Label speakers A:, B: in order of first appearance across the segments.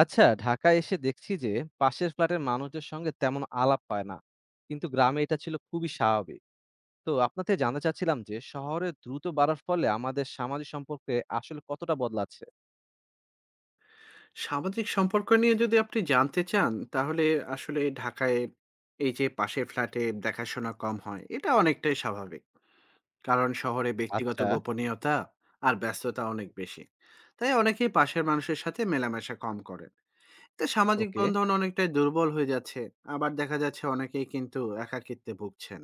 A: আচ্ছা, ঢাকায় এসে দেখছি যে পাশের ফ্ল্যাটের মানুষদের সঙ্গে তেমন আলাপ হয় না, কিন্তু গ্রামে এটা ছিল খুবই স্বাভাবিক। তো আপনাতে জানতে চাচ্ছিলাম যে শহরে দ্রুত বাড়ার ফলে আমাদের সামাজিক সম্পর্কে আসলে কতটা বদলাচ্ছে।
B: সামাজিক সম্পর্ক নিয়ে যদি আপনি জানতে চান, তাহলে আসলে ঢাকায় এই যে পাশের ফ্ল্যাটে দেখাশোনা কম হয়, এটা অনেকটাই স্বাভাবিক। কারণ শহরে ব্যক্তিগত
A: আচ্ছা।
B: গোপনীয়তা আর ব্যস্ততা অনেক বেশি। তাই অনেকেই পাশের মানুষের সাথে মেলামেশা কম করেন। এতে সামাজিক
A: ওকে।
B: বন্ধন অনেকটাই দুর্বল হয়ে যাচ্ছে। আবার দেখা যাচ্ছে অনেকেই কিন্তু একাকিত্বে ভুগছেন।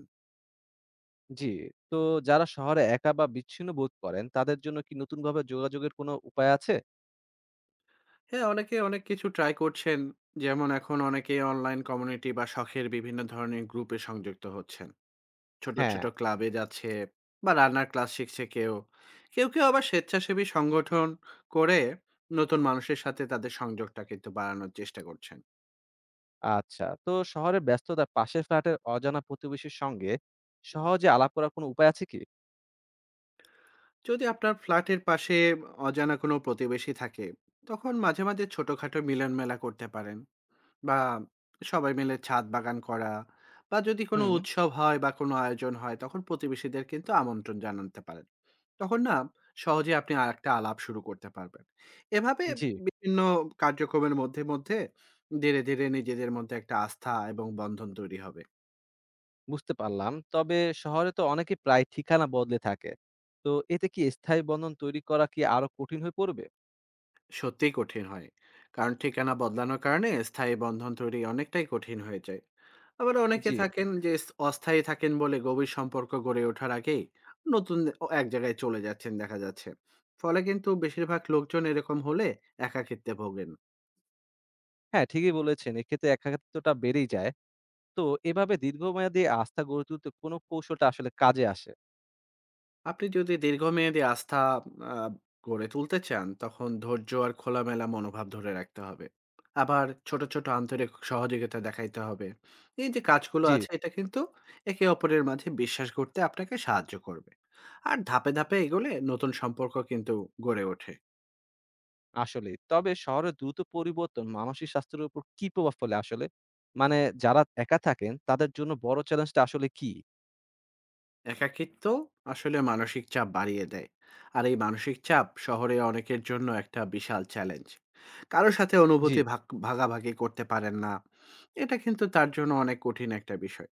A: জি। তো যারা শহরে একা বা বিচ্ছিন্ন বোধ করেন তাদের জন্য কি নতুন ভাবে যোগাযোগের কোনো উপায় আছে?
B: হ্যাঁ, অনেকে অনেক কিছু ট্রাই করছেন। যেমন এখন অনেকেই অনলাইন কমিউনিটি বা শখের বিভিন্ন ধরনের গ্রুপে সংযুক্ত হচ্ছেন। ছোট,
A: হ্যাঁ।
B: ছোট ক্লাবে যাচ্ছে বা রান্নার ক্লাস শিখছে কেউ। কেউ, কেউ আবার স্বেচ্ছাসেবী সংগঠন করে নতুন মানুষের সাথে তাদের সংযোগটা কিন্তু বাড়ানোর চেষ্টা করছেন।
A: আচ্ছা, তো শহরের ব্যস্ততার পাশের ফ্ল্যাটের অজানা প্রতিবেশীর সঙ্গে সহজে আলাপ করার কোনো উপায় আছে কি?
B: যদি আপনার ফ্ল্যাটের পাশে অজানা কোনো প্রতিবেশী থাকে, তখন মাঝে, মাঝে ছোটখাটো মিলনমেলা করতে পারেন। বা সবাই মিলে ছাদ বাগান করা বা যদি কোনো
A: হুম।
B: উৎসব হয় বা কোনো আয়োজন হয় তখন প্রতিবেশীদের কিন্তু আমন্ত্রণ জানাতে পারেন। তখন না সহজে আপনি আর একটা আলাপ শুরু করতে পারবেন এভাবে
A: জি।
B: বিভিন্ন কার্যক্রমের মধ্যে মধ্যে ধীরে ধীরে নিজেদের মধ্যে একটা আস্থা এবং বন্ধন তৈরি হবে।
A: বুঝতে পারলাম। তবে শহরে তো অনেকে প্রায় ঠিকানা বদলে থাকে। তো এতে কি স্থায়ী বন্ধন তৈরি করা কি আরো কঠিন হয়ে পড়বে?
B: সত্যিই কঠিন হয়, কারণ ঠিকানা বদলানোর কারণে স্থায়ী বন্ধন তৈরি অনেকটাই কঠিন হয়ে যায়। আবার অনেকে
A: জি।
B: থাকেন যে অস্থায়ী থাকেন বলে গভীর সম্পর্ক গড়ে ওঠার আগেই এক জায়গায় চলে যাচ্ছেন দেখা যাচ্ছে। ফলে কিন্তু বেশিরভাগ লোকজন এরকম হলে একাকিত্বে ভোগেন।
A: হ্যাঁ, ঠিকই বলেছেন। এক্ষেত্রে একাকিত্বটা বেড়েই যায়। তো এভাবে দীর্ঘমেয়াদী আস্থা গড়ে তুলতে কোন কৌশলটা আসলে কাজে আসে?
B: আপনি যদি দীর্ঘমেয়াদী আস্থা আ গড়ে তুলতে চান, তখন ধৈর্য আর খোলামেলা মনোভাব ধরে রাখতে হবে। আবার ছোট, ছোট আন্তরিক সহযোগিতা দেখাইতে হবে। এই যে কাজগুলো
A: জি।
B: আছে এটা কিন্তু একে অপরের মাঝে বিশ্বাস গড়তে আপনাকে সাহায্য করবে। আর ধাপে, ধাপে এগোলে নতুন সম্পর্ক কিন্তু গড়ে ওঠে।
A: আসলেই। তবে শহরের দ্রুত পরিবর্তন মানসিক স্বাস্থ্যের উপর কি প্রভাব ফেলে আসলে? মানে যারা একা থাকেন তাদের জন্য বড় চ্যালেঞ্জটা আসলে কি?
B: একাকিত্ব আসলে মানসিক চাপ বাড়িয়ে দেয়। আর এই মানসিক চাপ শহরে অনেকের জন্য একটা বিশাল চ্যালেঞ্জ। কারো সাথে
A: জি।
B: অনুভূতি ভাগাভাগি করতে পারেন না, এটা কিন্তু তার জন্য অনেক কঠিন একটা বিষয়।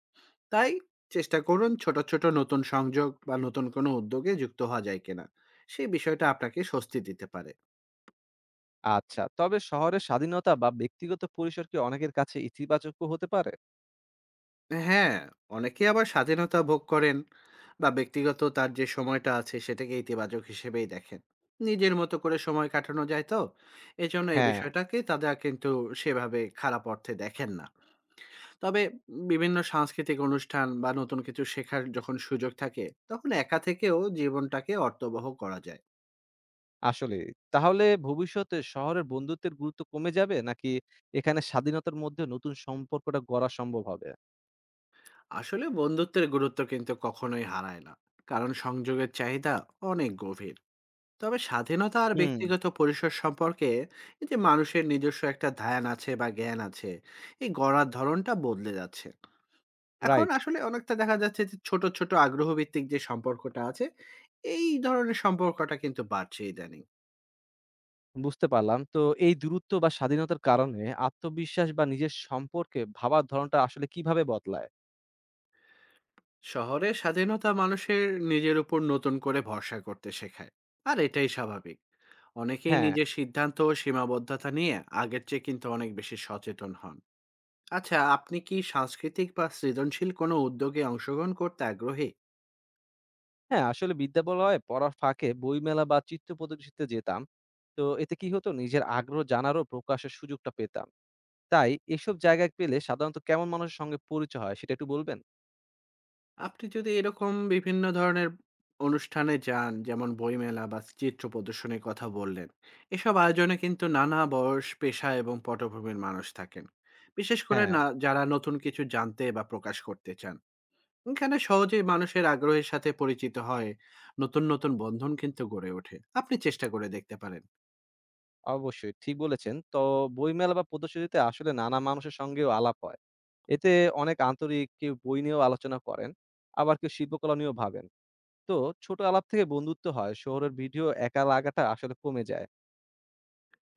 B: তাই চেষ্টা করুন ছোট ছোট নতুন সংযোগ বা নতুন কোনো উদ্যোগে যুক্ত হওয়া যায় কিনা, সেই বিষয়টা আপনাকে স্বস্তি দিতে পারে।
A: আচ্ছা। তবে শহরের স্বাধীনতা বা ব্যক্তিগত পরিসর কি অনেকের কাছে ইতিবাচকও হতে পারে?
B: হ্যাঁ, অনেকে আবার স্বাধীনতা ভোগ করেন বা ব্যক্তিগত তার যে সময়টা আছে সেটাকে ইতিবাচক হিসেবেই দেখেন। নিজের মতো করে সময় কাটানো যায় তো। এজন্য এই
A: হ্যাঁ।
B: বিষয়টাকে তারা কিন্তু সেভাবে খারাপ অর্থে দেখেন না। তবে বিভিন্ন সাংস্কৃতিক অনুষ্ঠান বা নতুন কিছু শেখার যখন সুযোগ থাকে তখন একা থেকেও জীবনটাকে অর্থবহ করা যায়।
A: আসলেই। তাহলে ভবিষ্যতে শহরের বন্ধুত্বের গুরুত্ব কমে যাবে নাকি এখানে স্বাধীনতার মধ্যে নতুন সম্পর্কটা গড়া সম্ভব হবে?
B: আসলে বন্ধুত্বের গুরুত্ব কিন্তু কখনোই হারায় না। কারণ সংযোগের চাহিদা অনেক গভীর। তবে স্বাধীনতা আর
A: হুম।
B: ব্যক্তিগত পরিসর সম্পর্কে এই যে মানুষের নিজস্ব একটা ধ্যান আছে বা জ্ঞান আছে, এই গড়ার ধরনটা বদলে যাচ্ছে। এখন
A: রাইট।
B: আসলে অনেকটা দেখা যাচ্ছে যে ছোট ছোট আগ্রহভিত্তিক যে সম্পর্কটা আছে, এই ধরনের সম্পর্কটা কিন্তু বাড়ছে ইদানিং।
A: বুঝতে পারলাম। তো এই দূরত্ব বা স্বাধীনতার কারণে আত্মবিশ্বাস বা নিজের সম্পর্কে ভাবার ধরনটা আসলে কিভাবে বদলায়?
B: শহরে স্বাধীনতা মানুষের নিজের উপর নতুন করে ভরসা করতে শেখায়, আর এটাই স্বাভাবিক। অনেকেই
A: হ্যাঁ।
B: নিজের সিদ্ধান্ত ও সীমাবদ্ধতা নিয়ে আগের চেয়ে কিন্তু অনেক বেশি সচেতন হন। আচ্ছা, আপনি কি সাংস্কৃতিক বা সৃজনশীল কোনো উদ্যোগে অংশগ্রহণ করতে আগ্রহী?
A: হ্যাঁ, আসলে বিদ্যালয়ে পড়ার ফাঁকে বইমেলা বা চিত্র প্রদর্শনীতে যেতাম। তো এতে কি হতো, নিজের আগ্রহ জানারও প্রকাশের সুযোগটা পেতাম। তাই এসব জায়গায় পেলে সাধারণত কেমন মানুষের সঙ্গে পরিচয় হয় সেটা একটু বলবেন?
B: আপনি যদি এরকম বিভিন্ন ধরনের অনুষ্ঠানে যান, যেমন বইমেলা বা চিত্র প্রদর্শনীর কথা বললেন, এসব আয়োজনে কিন্তু নানা বয়স, পেশা এবং পটভূমির মানুষ থাকেন। বিশেষ করে
A: হ্যাঁ।
B: না যারা নতুন কিছু জানতে বা প্রকাশ করতে চান। এখানে সহজেই মানুষের আগ্রহের সাথে পরিচিত হয়, নতুন, নতুন বন্ধন কিন্তু গড়ে ওঠে। আপনি চেষ্টা করে দেখতে পারেন।
A: অবশ্যই ঠিক বলেছেন। তো বইমেলা বা প্রদর্শনীতে আসলে নানা মানুষের সঙ্গেও আলাপ হয়। এতে অনেক আন্তরিক, কেউ বই নিয়েও আলোচনা করেন, আবার কেউ শিল্পকলা নিয়েও ভাবেন। তো ছোট আলাপ থেকে বন্ধুত্ব হয়। শহরের ভিডিও একা লাগাটা আসলে কমে যায়।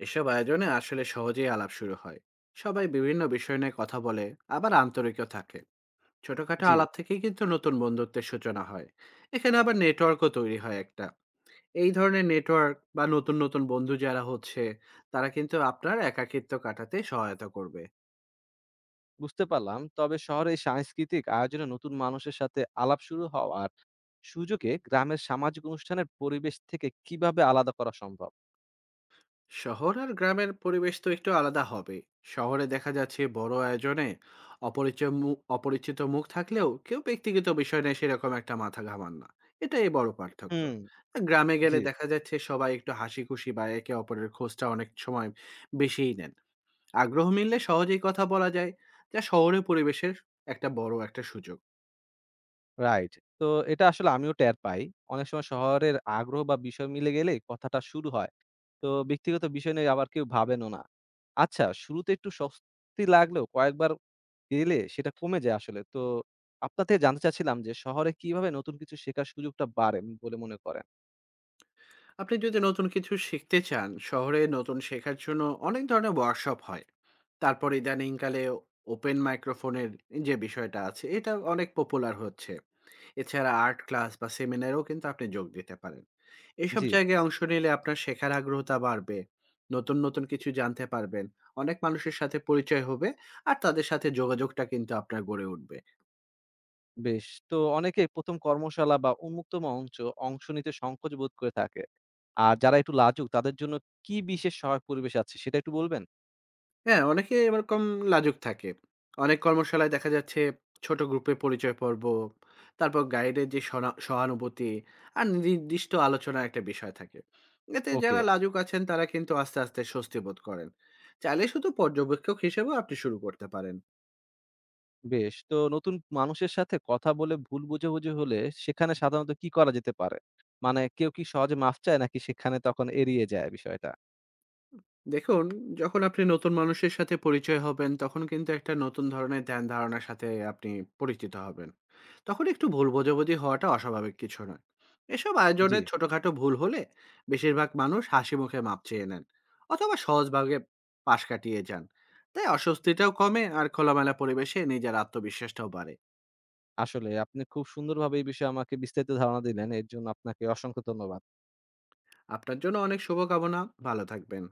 B: এসব আয়োজনে আসলে সহজেই আলাপ শুরু হয়। সবাই বিভিন্ন বিষয় নিয়ে কথা বলে, আবার আন্তরিকও থাকে। ছোটখাটো
A: জি।
B: আলাপ থেকেই কিন্তু নতুন বন্ধুত্বের সূচনা হয়। এখানে আবার নেটওয়ার্কও তৈরি হয় একটা। এই ধরনের নেটওয়ার্ক বা নতুন নতুন বন্ধু যারা হচ্ছে, তারা কিন্তু আপনার একাকিত্ব কাটাতে সহায়তা করবে।
A: বুঝতে পারলাম। তবে শহরে এই সাংস্কৃতিক আয়োজনে নতুন মানুষের সাথে আলাপ শুরু হওয়ার সুযোগে গ্রামের সামাজিক অনুষ্ঠানের পরিবেশ থেকে কিভাবে আলাদা করা সম্ভব?
B: শহর আর গ্রামের পরিবেশ তো একটু আলাদা হবে। শহরে দেখা যাচ্ছে বড় আয়োজনে অপরিচয় মুখ অপরিচিত মুখ থাকলেও কেউ ব্যক্তিগত বিষয় নিয়ে সেরকম একটা মাথা ঘামান না, এটাই বড় পার্থক্য।
A: হুম।
B: আর গ্রামে
A: জি।
B: গেলে দেখা যাচ্ছে সবাই একটু হাসি খুশি বা একে অপরের খোঁজটা অনেক সময় বেশিই নেন। আগ্রহ মিললে সহজেই কথা বলা যায়, যা শহরের পরিবেশের একটা বড় একটা সুযোগ।
A: রাইট। তো এটা আসলে আমিও টের পাই। অনেক সময় শহরের আগ্রহ বা বিষয় মিলে গেলে কথাটা শুরু হয়। তো ব্যক্তিগত বিষয় নিয়ে আবার কেউ ভাবেনও না। আচ্ছা, শুরুতে একটু স্বস্তি লাগলেও কয়েকবার গেলে সেটা কমে যায় আসলে। তো আপনার থেকে জানতে চাচ্ছিলাম যে শহরে কিভাবে নতুন কিছু শেখার সুযোগটা বাড়ে বলে মনে করেন?
B: আপনি যদি নতুন কিছু শিখতে চান, শহরে নতুন শেখার জন্য অনেক ধরনের ওয়ার্কশপ হয়। তারপর ইদানিংকালে ওপেন মাইক্রোফোনের যে বিষয়টা আছে এটা অনেক পপুলার হচ্ছে। এছাড়া আর্ট ক্লাস বা সেমিনারেও কিন্তু আপনি যোগ দিতে পারেন। এসব
A: জি।
B: জায়গায় অংশ নিলে আপনার শেখার আগ্রহটা বাড়বে, নতুন নতুন কিছু জানতে পারবেন, অনেক মানুষের সাথে পরিচয় হবে, আর তাদের সাথে যোগাযোগটা কিন্তু আপনার গড়ে উঠবে।
A: বেশ। তো অনেকে ১ম কর্মশালা বা উন্মুক্ত মঞ্চ অংশ নিতে সংকোচ বোধ করে থাকে। আর যারা একটু লাজুক তাদের জন্য কি বিশেষ সহায়ক পরিবেশ আছে সেটা একটু বলবেন?
B: হ্যাঁ, অনেকে এরকম লাজুক থাকে। অনেক কর্মশালায় দেখা যাচ্ছে ছোট গ্রুপে পরিচয় পর্ব, তারপর গাইডের যে সহানুভূতি আর নির্দিষ্ট আলোচনার একটা বিষয় থাকে। এতে
A: ওকে।
B: যারা লাজুক আছেন তারা কিন্তু আস্তে, আস্তে স্বস্তি বোধ করেন। চাইলে শুধু পর্যবেক্ষক হিসেবেও আপনি শুরু করতে পারেন।
A: বেশ। তো নতুন মানুষের সাথে কথা বলে ভুল বোঝাবুঝি হলে সেখানে সাধারণত কি করা যেতে পারে? মানে কেউ কি সহজে মাফ চায় নাকি সেখানে তখন এড়িয়ে যায় বিষয়টা?
B: দেখুন, যখন আপনি নতুন মানুষের সাথে পরিচয় হবেন তখন কিন্তু একটা নতুন ধরনের ধ্যান ধারণার সাথে আপনি পরিচিত হবেন। তখন একটু ভুল বোঝাবুঝি হওয়াটা অস্বাভাবিক কিছু নয়। এসব
A: জি।
B: আয়োজনে ছোটখাটো ভুল হলে বেশিরভাগ মানুষ হাসি মুখে মাপ চেয়ে নেন, অথবা সহজভাবে পাশ কাটিয়ে যান। তাই অস্বস্তিটাও কমে আর খোলামেলা পরিবেশে নিজের আত্মবিশ্বাসটাও বাড়ে।
A: আসলে আপনি খুব সুন্দরভাবে এই বিষয়ে আমাকে বিস্তারিত ধারণা দিলেন। এর জন্য আপনাকে অসংখ্য ধন্যবাদ।
B: আপনার জন্য অনেক শুভকামনা। ভালো থাকবেন।